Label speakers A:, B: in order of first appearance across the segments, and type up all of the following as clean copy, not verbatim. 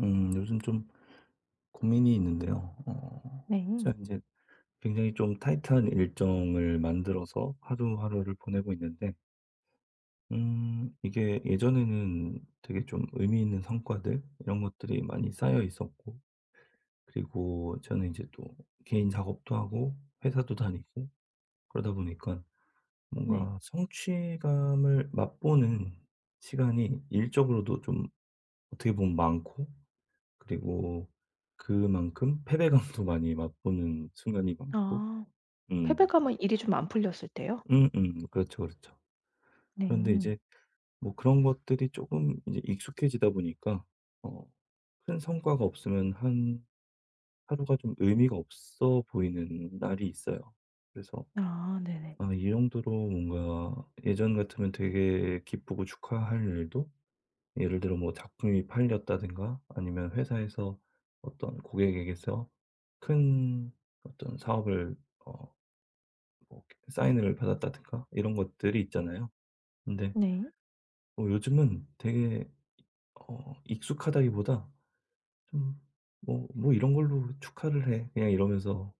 A: 요즘 좀 고민이 있는데요.
B: 네.
A: 제가 이제 굉장히 좀 타이트한 일정을 만들어서 하루하루를 보내고 있는데, 이게 예전에는 되게 좀 의미 있는 성과들 이런 것들이 많이 쌓여 있었고, 그리고 저는 이제 또 개인 작업도 하고 회사도 다니고 그러다 보니까
B: 네.
A: 뭔가 성취감을 맛보는 시간이 일적으로도 좀 어떻게 보면 많고, 그리고 그만큼 패배감도 많이 맛보는 순간이 많고.
B: 아.
A: 음.
B: 패배감은 일이 좀 안 풀렸을 때요?
A: 음음. 그렇죠, 그렇죠.
B: 네.
A: 그런데 이제 뭐 그런 것들이 조금 이제 익숙해지다 보니까 어 큰 성과가 없으면 한 하루가 좀 의미가 없어 보이는 날이 있어요. 그래서
B: 아 네네.
A: 이 정도로 뭔가 예전 같으면 되게 기쁘고 축하할 일도, 예를 들어 뭐 작품이 팔렸다든가 아니면 회사에서 어떤 고객에게서 큰 어떤 사업을 어 뭐 사인을 받았다든가 이런 것들이 있잖아요. 근데
B: 네.
A: 뭐 요즘은 되게 익숙하다기보다 좀, 뭐 "뭐 이런 걸로 축하를 해." 그냥 이러면서,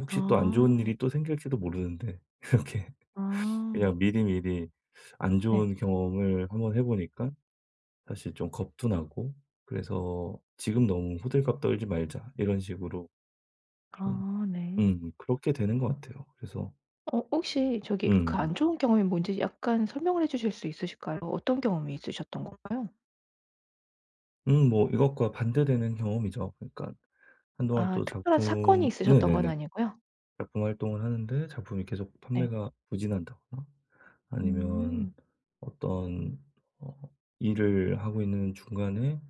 A: 혹시 또 안 좋은
B: 아.
A: 일이 또 생길지도 모르는데 이렇게
B: 아.
A: 그냥 미리미리, 안
B: 네.
A: 좋은 경험을 한번 해 보니까 사실 좀 겁도 나고, 그래서 '지금 너무 호들갑 떨지 말자.' 이런 식으로 좀,
B: 아 네.
A: 그렇게 되는 것 같아요. 그래서
B: 어 혹시 저기 그
A: 음.
B: 안 좋은 경험이 뭔지 약간 설명을 해 주실 수 있으실까요? 어떤 경험이 있으셨던 건가요?
A: 뭐 이것과 반대되는 경험이죠. 그러니까 한동안
B: 아
A: 또
B: 특별한 사건이
A: 작품,
B: 있으셨던 건
A: 네네네.
B: 아니고요?
A: 작품 활동을 하는데 작품이 계속
B: 네.
A: 판매가 부진한다거나, 아니면
B: 음.
A: 어떤 어 일을 하고 있는 중간에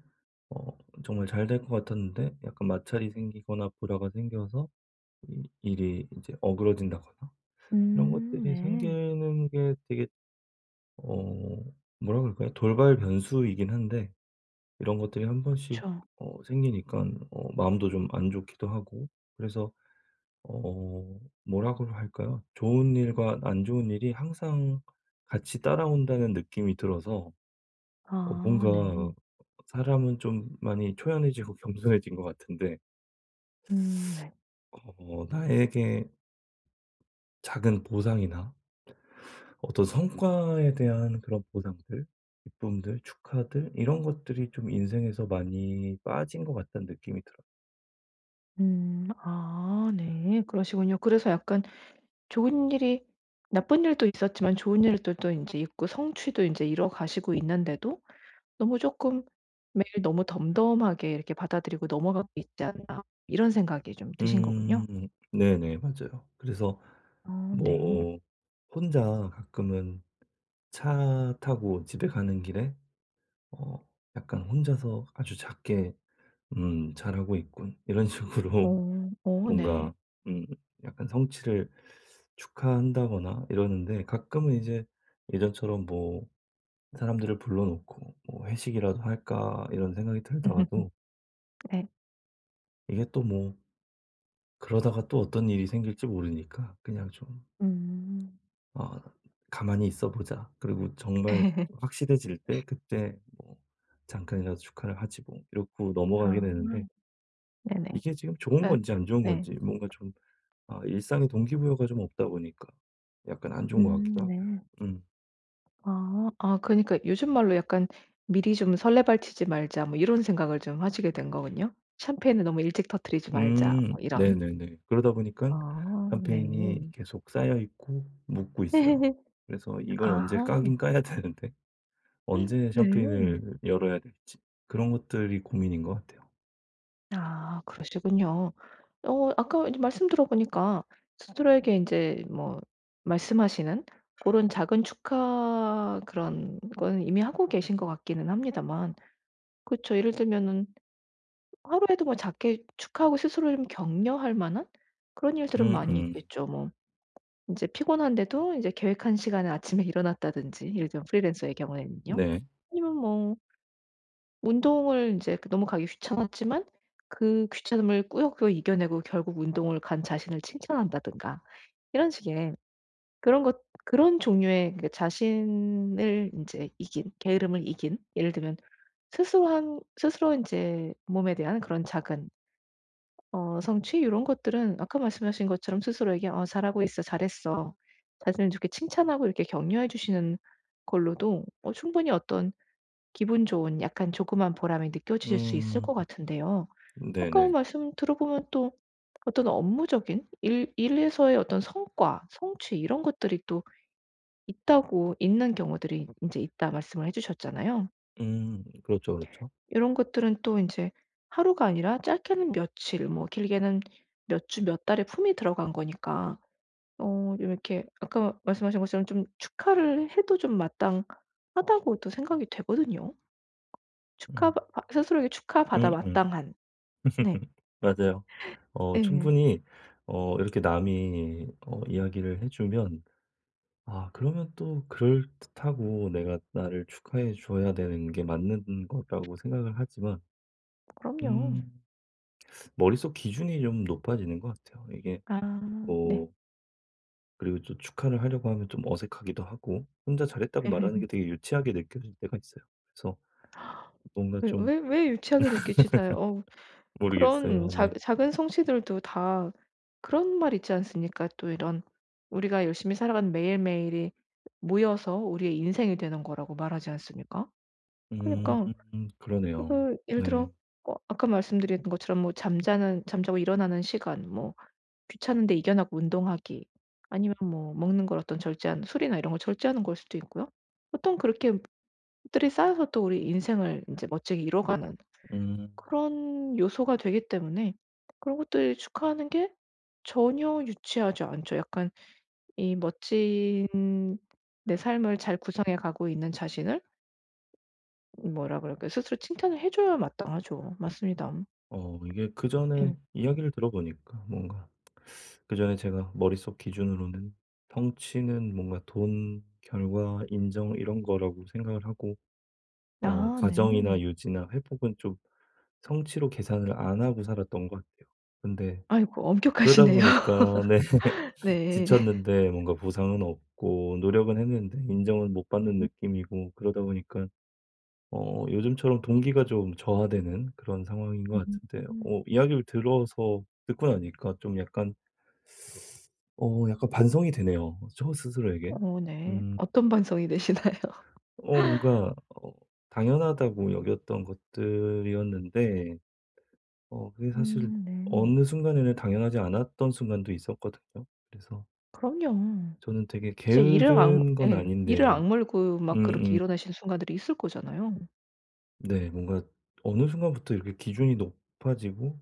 A: 어 정말 잘 될 것 같았는데 약간 마찰이 생기거나 불화가 생겨서 이 일이 이제 어그러진다거나, 이런 것들이
B: 네.
A: 생기는 게 되게 어 뭐라 그럴까요? 돌발 변수이긴 한데 이런 것들이 한 번씩
B: 그쵸.
A: 생기니까 마음도 좀 안 좋기도 하고, 그래서 어 뭐라고 할까요? 좋은 일과 안 좋은 일이 항상 같이 따라온다는 느낌이 들어서
B: 아
A: 뭔가
B: 네.
A: 사람은 좀 많이 초연해지고 겸손해진 것 같은데
B: 네.
A: 나에게 작은 보상이나 어떤 성과에 대한 그런 보상들, 기쁨들, 축하들 이런 것들이 좀 인생에서 많이 빠진 것 같다는 느낌이 들어요.
B: 음. 아 네. 그러시군요. 그래서 약간 좋은 일이 나쁜 일도 있었지만 좋은 일들도 인제 있고 성취도 인제 이뤄가시고 있는데도 너무 쪼끔 매일 너무 덤덤하게 이렇게 받아들이고 넘어가고 있지 않나 이런 생각이 좀 드신 거군요.
A: 음. 네네. 맞아요. 그래서
B: 아 네.
A: 뭐 혼자 가끔은 차 타고 집에 가는 길에 어 약간 혼자서 아주 작게 '음 잘하고 있군.' 이런 식으로
B: 어. 어 네.
A: 뭔가 음 약간 성취를 축하한다거나 이러는데, 가끔은 이제 예전처럼 뭐 사람들을 불러 놓고 뭐 '회식이라도 할까?' 이런 생각이 들다가도
B: 네.
A: 이게 또 뭐, 그러다가 또 어떤 일이 생길지 모르니까 그냥 좀
B: 음.
A: 아 '가만히 있어 보자.' 그리고 정말 확실해질 때 그때 뭐 잠깐이라도 축하를 하지 뭐, 이러고 넘어가게
B: 아.
A: 되는데
B: 네네.
A: 이게 지금 좋은
B: 그러니까
A: 건지 안 좋은
B: 네.
A: 건지 뭔가 좀 일상의 동기부여가 좀 없다 보니까 약간 안 좋은 것 같기도 하고요.
B: 네.
A: 음.
B: 아. 아 그니까 요즘 말로 약간 '미리 좀 설레발치지 말자.' 뭐 이런 생각을 좀 하시게 된 거군요. '샴페인을 너무 일찍 터뜨리지 말자.'
A: 음.
B: 뭐 이런.
A: 네네네. 그러다 보니까
B: 아
A: 샴페인이
B: 네.
A: 계속 쌓여 있고 묵고 있어요. 그래서 이걸 언제
B: 아하.
A: 까긴 까야 되는데 언제
B: 네.
A: 샴페인을 열어야 될지, 그런 것들이 고민인 것 같아요.
B: 아 그러시군요. 어 아까 이제 말씀 들어보니까 스스로에게 이제 뭐 말씀하시는 그런 작은 축하 그런 건 이미 하고 계신 것 같기는 합니다만 그렇죠 예를 들면은 하루에도 뭐 작게 축하하고 스스로를 좀 격려할 만한 그런 일들은 많이
A: 음음.
B: 있겠죠. 뭐 인제 피곤한데도 인제 계획한 시간에 아침에 일어났다든지 예를 들면 프리랜서의 경우에는요.
A: 네.
B: 아니면 뭐 운동을 인제 그 너무 가기 귀찮았지만 그 귀찮음을 꾸역꾸역 이겨내고 결국 운동을 간 자신을 칭찬한다든가 이런 식의 그런 종류의 그 자신을 인제 이긴 게으름을 이긴 예를 들면 스스로 인제 몸에 대한 그런 작은 어 성취 이런 것들은 아까 말씀하신 것처럼 스스로에게 "어 잘하고 있어. 잘했어." 자신을 이렇게 칭찬하고 이렇게 격려해 주시는 걸로도 어 충분히 어떤 기분 좋은 약간 조그만 보람이 느껴질 수 있을
A: 음.
B: 것 같은데요. 아까
A: 네네.
B: 말씀 들어보면 또 어떤 업무적인 일 일에서의 어떤 성과, 성취 이런 것들이 또 있다고 있는 경우들이 이제 있다 말씀을 해 주셨잖아요.
A: 음. 그렇죠, 그렇죠.
B: 이런 것들은 또 이제 하루가 아니라 짧게는 며칠 뭐 길게는 몇 주 몇 달의 품이 들어간 거니까 어 좀 이렇게 아까 말씀하신 것처럼 좀 축하를 해도 좀 마땅하다고 또 생각이 되거든요.
A: 음.
B: 스스로에게 축하받아
A: 음음.
B: 마땅한. 네.
A: 맞아요.
B: 예.
A: 충분히, 이렇게 남이 이야기를 해 주면 그러면 또 그럴듯하고 내가 나를 축하해 줘야 되는 게 맞는 거라고 생각을 하지만,
B: 그럼요.
A: 음 머릿속 기준이 좀 높아지는 것 같아요. 이게
B: 아 네.
A: 뭐, 그리고 또 축하를 하려고 하면 좀 어색하기도 하고 혼자 잘했다고 말하는 게 되게 유치하게 느껴질 때가 있어요. 그래서 뭔가
B: 왜
A: 좀
B: 왜 왜 유치하게 느끼지 다요. 어 그런
A: 모르겠어요.
B: 자,
A: 네.
B: 작은 성취들도 다 그런 말 있지 않습니까? 또 이런 우리가 열심히 살아가는 매일매일이 모여서 우리의 인생이 되는 거라고 말하지 않습니까?
A: 음.
B: 그러니까
A: 그러네요.
B: 그 예를 들어
A: 네.
B: 어 아까 말씀드린 것처럼 뭐 잠자는 잠자고 일어나는 시간 뭐 귀찮은데 이겨나고 운동하기 아니면 뭐 먹는 걸 어떤 절제한 술이나 이런 걸 절제하는 걸 수도 있고요. 보통 그렇게 들이 쌓여서 또 우리 인생을 이제 멋지게 이뤄가는
A: 음.
B: 그런 요소가 되기 때문에 그런 것들 축하하는 게 전혀 유치하지 않죠. 약간 이 멋진 내 삶을 잘 구성해 가고 있는 자신을 뭐라 그럴까요? 스스로 칭찬을 해 줘야 마땅하죠. 맞습니다.
A: 이게
B: 예.
A: 그전에 이야기를 들어보니까 뭔가, 그전에 제가 머릿속 기준으로는 성취는 뭔가 돈, 결과, 인정 이런 거라고 생각을 하고
B: 아 네.
A: 과정이나 유지나 회복은 좀 성취로 계산을 안 하고 살았던 것 같아요. 근데
B: 아이고
A: 그러다
B: 엄격하시네요.
A: 보니까 네,
B: 네.
A: 지쳤는데 뭔가 보상은 없고 노력은 했는데 인정은 못 받는 느낌이고, 그러다 보니까 요즘처럼 동기가 좀 저하되는 그런 상황인 것 같은데
B: 음.
A: 이야기를 들어서 듣고 나니까 좀 약간, 반성이 되네요, 저 스스로에게.
B: 어 네.
A: 음
B: 어떤 반성이 되시나요?
A: 뭔가, 당연하다고 여겼던 것들이었는데 그게 사실
B: 네.
A: 어느 순간에는 당연하지 않았던 순간도 있었거든요. 그래서
B: 그럼요.
A: 저는 되게
B: 진짜 이를 악
A: 게으른 건
B: 예. 이를
A: 아닌데.
B: 악물고 막 그렇게
A: 음음.
B: 일어나신 순간들이 있을 거잖아요.
A: 네. 뭔가 어느 순간부터 이렇게 기준이 높아지고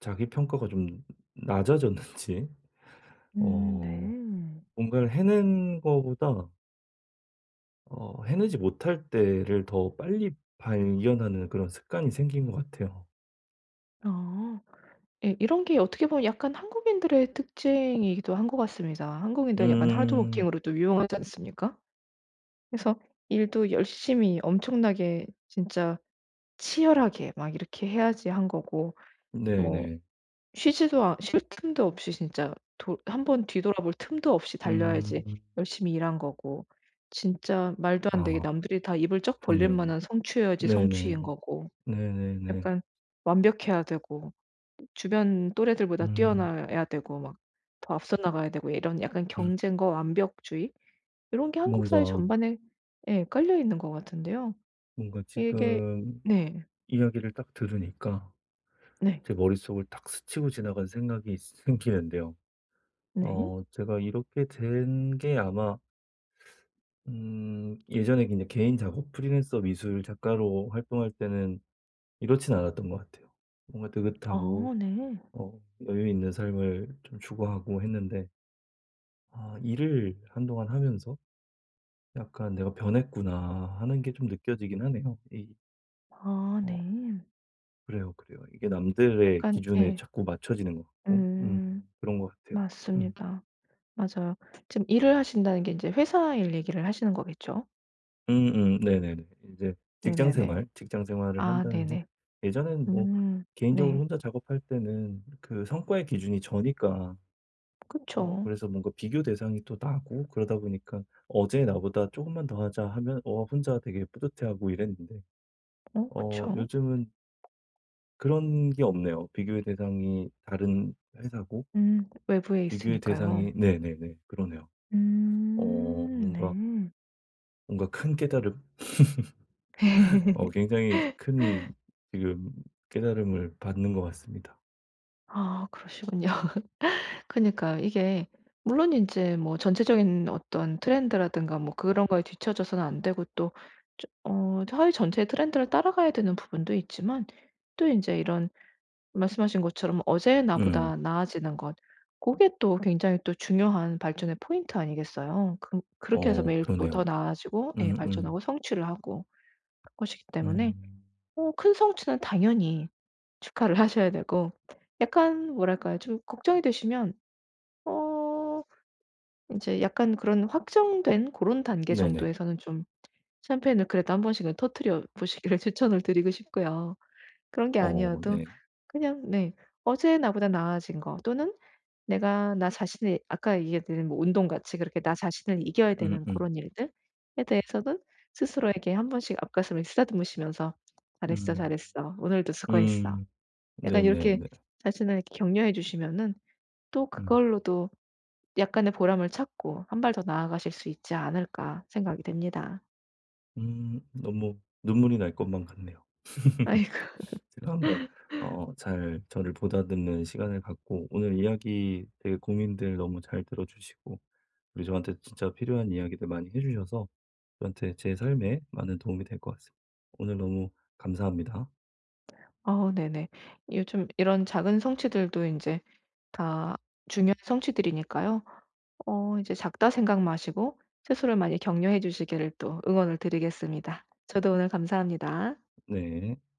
A: 자기 평가가 좀 낮아졌는지 어
B: 네.
A: 뭔가를 해낸 거보다 해내지 못할 때를 더 빨리 발견하는 그런 습관이 생긴 것 같아요.
B: 아. 예. 이런 게 어떻게 보면 약간 한국인들의 특징이기도 한 것 같습니다. 한국인들은 약간
A: 음.
B: 하드워킹으로 또 유명하지 않습니까? 그래서 일도 열심히 엄청나게 진짜 치열하게 막 이렇게 해야지 한 거고 뭐
A: 네네.
B: 쉬지도 않 쉴 틈도 없이 진짜 도번 뒤돌아볼 틈도 없이 달려야지
A: 음.
B: 열심히 일한 거고 진짜 말도 안 되게
A: 아
B: 남들이 다 입을 쩍 벌릴
A: 그러네요.
B: 만한 성취여야지
A: 네네.
B: 성취인 거고
A: 네네네.
B: 약간 완벽해야 되고 주변 또래들보다
A: 음.
B: 뛰어나야 되고 막 더 앞서 나가야 되고 이런 약간
A: 음.
B: 경쟁과 완벽주의 이런 게 한국 사회
A: 뭔가,
B: 전반에 예 깔려 있는 것 같은데요.
A: 뭔가
B: 이게
A: 지금
B: 네.
A: 이야기를 딱 들으니까
B: 네.
A: 제 머릿속을 딱 스치고 지나간 생각이 생기는데요.
B: 네.
A: 제가 이렇게 된 게 아마 예전에 그냥 개인 작업 프리랜서 미술 작가로 활동할 때는 이렇진 않았던 것 같아요. 뭔가 느긋하고
B: 아 네.
A: 어 여유 있는 삶을 좀 추구하고 했는데, 일을 한동안 하면서 '약간 내가 변했구나.' 하는 게 좀 느껴지긴 하네요. 이
B: 아
A: 어
B: 네.
A: 그래요, 그래요. 이게 남들의
B: 약간
A: 기준에
B: 예.
A: 자꾸 맞춰지는 것 같고,
B: 음.
A: 그런 것 같아요. 음.
B: 맞습니다. 맞아요. 지금 일을 하신다는 게 인제 회사 일 얘기를 하시는 거겠죠?
A: 음음. 네네네. 제 직장
B: 네네네.
A: 생활, 직장 생활을
B: 아
A: 한다는 게,
B: 네네.
A: 예전에는 뭐
B: 음.
A: 개인적으로
B: 네.
A: 혼자 작업할 때는 그 성과의 기준이 저니까
B: 그쵸.
A: 그래서 뭔가 비교 대상이 또 나고, 그러다 보니까 "어제 나보다 조금만 더 하자." 하면 혼자 되게 뿌듯해하고 이랬는데
B: 어 그쵸.
A: 요즘은 그런 게 없네요. 비교의 대상이 다른 회사고,
B: 외부에
A: 비교의
B: 있으니까요.
A: 대상이, 네네네. 그러네요. 뭔가,
B: 네.
A: 큰 깨달음, 굉장히 큰 지금 깨달음을 받는 것 같습니다.
B: 아 그러시군요. 그니까 러 이게 물론 이제 뭐 전체적인 어떤 트렌드라든가 뭐 그런 거에 뒤처져서는 안 되고 또 저 어 사회 전체의 트렌드를 따라가야 되는 부분도 있지만 또 이제 이런 말씀하신 것처럼 '어제의
A: 음.
B: 나보다 나아지는 것' 그게 또 굉장히 또 중요한 발전의 포인트 아니겠어요. 그렇게 해서
A: 어
B: 매일 또 더
A: 그러네요.
B: 나아지고 예
A: 음음.
B: 발전하고
A: 음.
B: 성취를 하고 할 것이기 때문에
A: 음,
B: 어 큰 성취는 당연히 축하를 하셔야 되고 약간 뭐랄까요? 좀 걱정이 되시면 어제 약간 그런 확정된 그런 단계
A: 네네.
B: 정도에서는 좀 샴페인을 그래도 한 번씩은 터뜨려 보시기를 추천을 드리고 싶고요. 그런 게
A: 어
B: 아니어도
A: 네.
B: 그냥 네. '어제 나보다 나아진 거.' 또는 '내가 나 자신의' 아까 얘기했던 뭐 운동같이 그렇게 나 자신을 이겨야
A: 음음.
B: 되는 그
A: 음.
B: 런 일들에 대해서는 스스로에게 한 번씩 앞가슴을 쓰다듬으시면서 '잘했어,
A: 음.
B: 잘했어. 오늘도 수고했어.'
A: 음.
B: 약간 이렇게
A: 네네네.
B: 자신을 이렇게 격려해 주시면은 또
A: 음.
B: 그걸로도 약간의 보람을 찾고 한 발 더 나아가실 수 있지 않을까 생각이 됩니다.
A: 너무 눈물이 날 것만 같네요.
B: 아이고.
A: 제가 한번 잘 저를 보다듬는 시간을 갖고, 오늘 이야기, 되게 고민들 너무 잘 들어 주시고, 그리고 저한테 진짜 필요한 이야기들 많이 해 주셔서 저한테, 제 삶에 많은 도움이 될 것 같습니다. 오늘 너무 감사합니다.
B: 어 네네. 요즘 이런 작은 성취들도 인제 다 중요한 성취들이니까요. 어 이제 작다 생각 마시고 스스로 많이 격려해 주시기를 또 응원을 드리겠습니다. 저도 오늘 감사합니다.
A: 네.